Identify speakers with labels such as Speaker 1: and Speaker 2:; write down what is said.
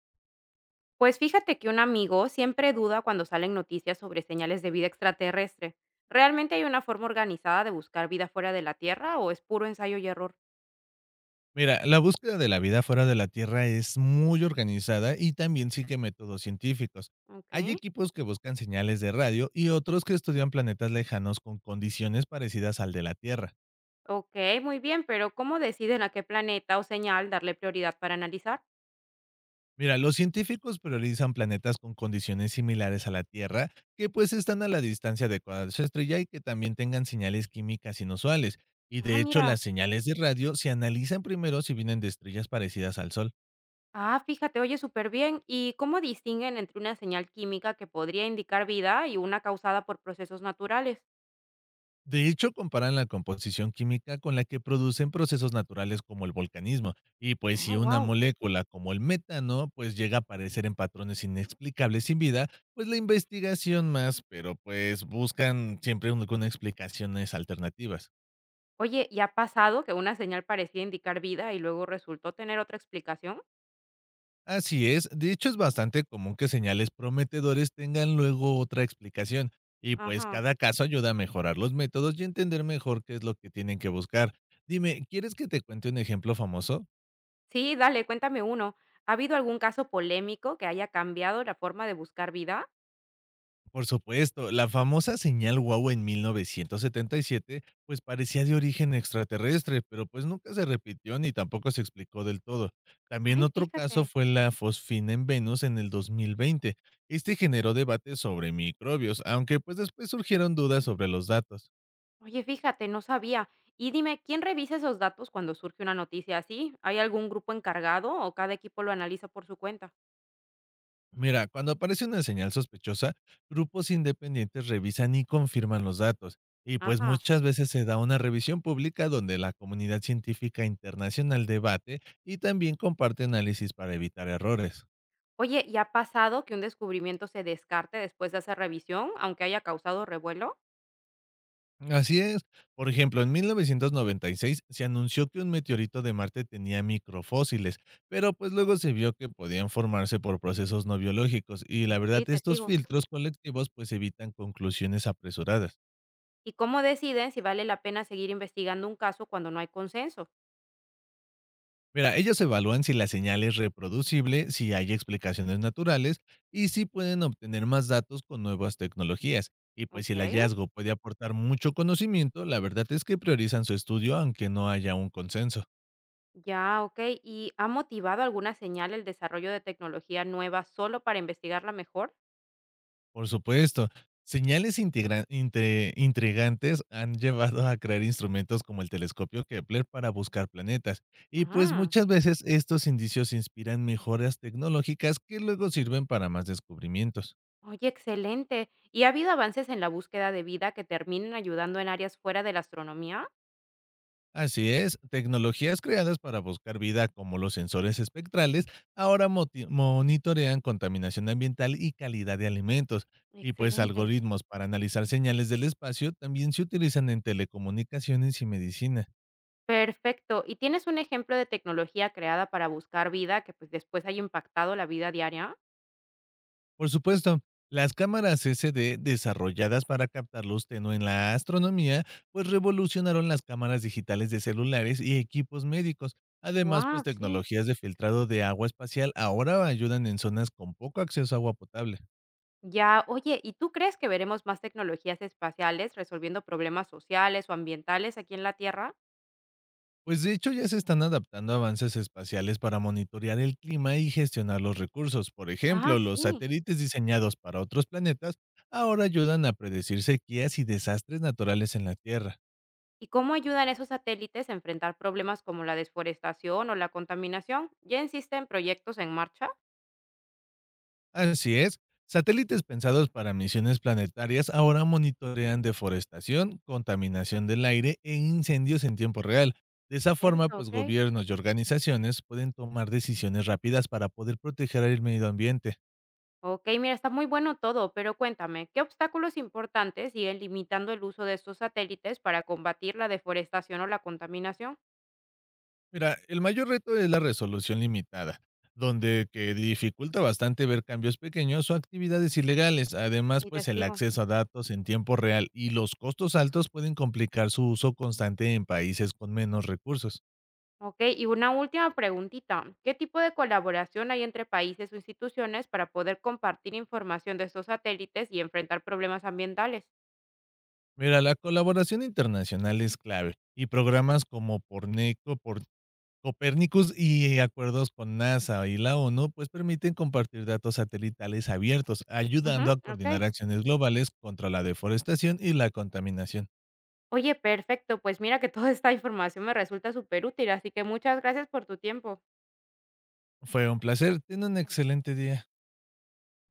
Speaker 1: Pues fíjate que un amigo siempre duda cuando salen noticias sobre señales de vida extraterrestre. ¿Realmente hay una forma organizada de buscar vida fuera de la Tierra o es puro ensayo y error?
Speaker 2: Mira, la búsqueda de la vida fuera de la Tierra es muy organizada y también sigue métodos científicos. Hay
Speaker 1: Ok,
Speaker 2: equipos que buscan señales de radio y otros que estudian planetas lejanos con condiciones parecidas al de la Tierra.
Speaker 1: ok, muy bien, pero ¿cómo deciden a qué planeta o señal darle prioridad para analizar?
Speaker 2: Mira, los científicos priorizan planetas con condiciones similares a la Tierra, que pues están a la distancia adecuada de su estrella y que también tengan señales químicas inusuales. Y
Speaker 1: Ah,
Speaker 2: de hecho, las
Speaker 1: mira.
Speaker 2: señales de radio se analizan primero si vienen de estrellas parecidas al Sol.
Speaker 1: Ah, fíjate, oye, súper bien. ¿Y cómo distinguen entre una señal química que podría indicar vida y una causada por procesos naturales?
Speaker 2: De hecho, comparan la composición química con la que producen procesos naturales como el volcanismo, y pues si
Speaker 1: Ah,
Speaker 2: una
Speaker 1: wow.
Speaker 2: molécula como el metano pues llega a aparecer en patrones inexplicables sin vida, pues la investigación más, pero pues buscan siempre con explicaciones alternativas.
Speaker 1: Oye, ¿y ha pasado que una señal parecía indicar vida y luego resultó tener otra explicación?
Speaker 2: Así es, de hecho es bastante común que señales prometedores tengan luego otra explicación, y pues
Speaker 1: Ajá.
Speaker 2: cada caso ayuda a mejorar los métodos y entender mejor qué es lo que tienen que buscar. Dime, ¿quieres que te cuente un ejemplo famoso?
Speaker 1: Sí, dale, cuéntame uno. ¿Ha habido algún caso polémico que haya cambiado la forma de buscar vida?
Speaker 2: Por supuesto, la famosa señal Wow en 1977, pues parecía de origen extraterrestre, pero pues nunca se repitió ni tampoco se explicó del todo. También
Speaker 1: Ay,
Speaker 2: otro caso
Speaker 1: fíjate.
Speaker 2: fue la fosfina en Venus en el 2020. Este generó debate sobre microbios, aunque pues después surgieron dudas sobre los datos.
Speaker 1: Oye, fíjate, no sabía. Y dime, ¿quién revisa esos datos cuando surge una noticia así? ¿Hay algún grupo encargado o cada equipo lo analiza por su cuenta?
Speaker 2: Mira, cuando aparece una señal sospechosa, grupos independientes revisan y confirman los datos. Y pues
Speaker 1: Ajá.
Speaker 2: muchas veces se da una revisión pública donde la comunidad científica internacional debate y también comparte análisis para evitar errores.
Speaker 1: Oye, ¿y ha pasado que un descubrimiento se descarte después de hacer revisión, aunque haya causado revuelo?
Speaker 2: Así es. Por ejemplo, en 1996 se anunció que un meteorito de Marte tenía microfósiles, pero pues luego se vio que podían formarse por procesos no biológicos y la
Speaker 1: Sí,
Speaker 2: verdad
Speaker 1: te
Speaker 2: estos
Speaker 1: sigo.
Speaker 2: filtros colectivos pues evitan conclusiones apresuradas.
Speaker 1: ¿Y cómo deciden si vale la pena seguir investigando un caso cuando no hay consenso?
Speaker 2: Mira, ellos evalúan si la señal es reproducible, si hay explicaciones naturales y si pueden obtener más datos con nuevas tecnologías. Y pues si
Speaker 1: Ok.
Speaker 2: el hallazgo puede aportar mucho conocimiento, la verdad es que priorizan su estudio aunque no haya un consenso.
Speaker 1: Ya, ok. ¿Y ha motivado alguna señal el desarrollo de tecnología nueva solo para investigarla mejor?
Speaker 2: Por supuesto, señales intrigantes han llevado a crear instrumentos como el telescopio Kepler para buscar planetas. Y pues
Speaker 1: Ah,
Speaker 2: muchas veces estos indicios inspiran mejoras tecnológicas que luego sirven para más descubrimientos.
Speaker 1: oye, excelente. ¿Y ha habido avances en la búsqueda de vida que terminen ayudando en áreas fuera de la astronomía?
Speaker 2: Así es, tecnologías creadas para buscar vida como los sensores espectrales ahora monitorean contaminación ambiental y calidad de alimentos. Y pues
Speaker 1: Excelente.
Speaker 2: algoritmos para analizar señales del espacio también se utilizan en telecomunicaciones y medicina.
Speaker 1: Perfecto. ¿Y tienes un ejemplo de tecnología creada para buscar vida que pues después haya impactado la vida diaria?
Speaker 2: Por supuesto, las cámaras SD desarrolladas para captar luz tenue en la astronomía, pues revolucionaron las cámaras digitales de celulares y equipos médicos. Además, pues
Speaker 1: Wow, sí.
Speaker 2: tecnologías de filtrado de agua espacial ahora ayudan en zonas con poco acceso a agua potable.
Speaker 1: Ya, oye, ¿y tú crees que veremos más tecnologías espaciales resolviendo problemas sociales o ambientales aquí en la Tierra?
Speaker 2: Pues de hecho ya se están adaptando avances espaciales para monitorear el clima y gestionar los recursos. Por
Speaker 1: Ah,
Speaker 2: ejemplo, los
Speaker 1: sí.
Speaker 2: satélites diseñados para otros planetas ahora ayudan a predecir sequías y desastres naturales en la Tierra.
Speaker 1: ¿Y cómo ayudan esos satélites a enfrentar problemas como la desforestación o la contaminación? ¿Ya existen proyectos en marcha?
Speaker 2: Así es. Satélites pensados para misiones planetarias ahora monitorean deforestación, contaminación del aire e incendios en tiempo real. De esa forma,
Speaker 1: Cierto,
Speaker 2: pues
Speaker 1: ok.
Speaker 2: gobiernos y organizaciones pueden tomar decisiones rápidas para poder proteger el medio ambiente.
Speaker 1: Ok, mira, está muy bueno todo, pero cuéntame, ¿qué obstáculos importantes siguen limitando el uso de estos satélites para combatir la deforestación o la contaminación?
Speaker 2: Mira, el mayor reto es la resolución limitada, donde que dificulta bastante ver cambios pequeños o actividades ilegales. Además,
Speaker 1: Y te
Speaker 2: pues el
Speaker 1: sigo.
Speaker 2: acceso a datos en tiempo real y los costos altos pueden complicar su uso constante en países con menos recursos.
Speaker 1: Ok, y una última preguntita. ¿Qué tipo de colaboración hay entre países o instituciones para poder compartir información de estos satélites y enfrentar problemas ambientales?
Speaker 2: Mira, la colaboración internacional es clave y programas como Porneco, por Copernicus y acuerdos con NASA y la ONU, pues permiten compartir datos satelitales abiertos,
Speaker 1: Ujú,
Speaker 2: ayudando a coordinar
Speaker 1: ok.
Speaker 2: acciones globales contra la deforestación y la contaminación.
Speaker 1: Oye, perfecto. Pues mira que toda esta información me resulta superútil, así que muchas gracias por tu tiempo.
Speaker 2: Fue un placer, ten un excelente día.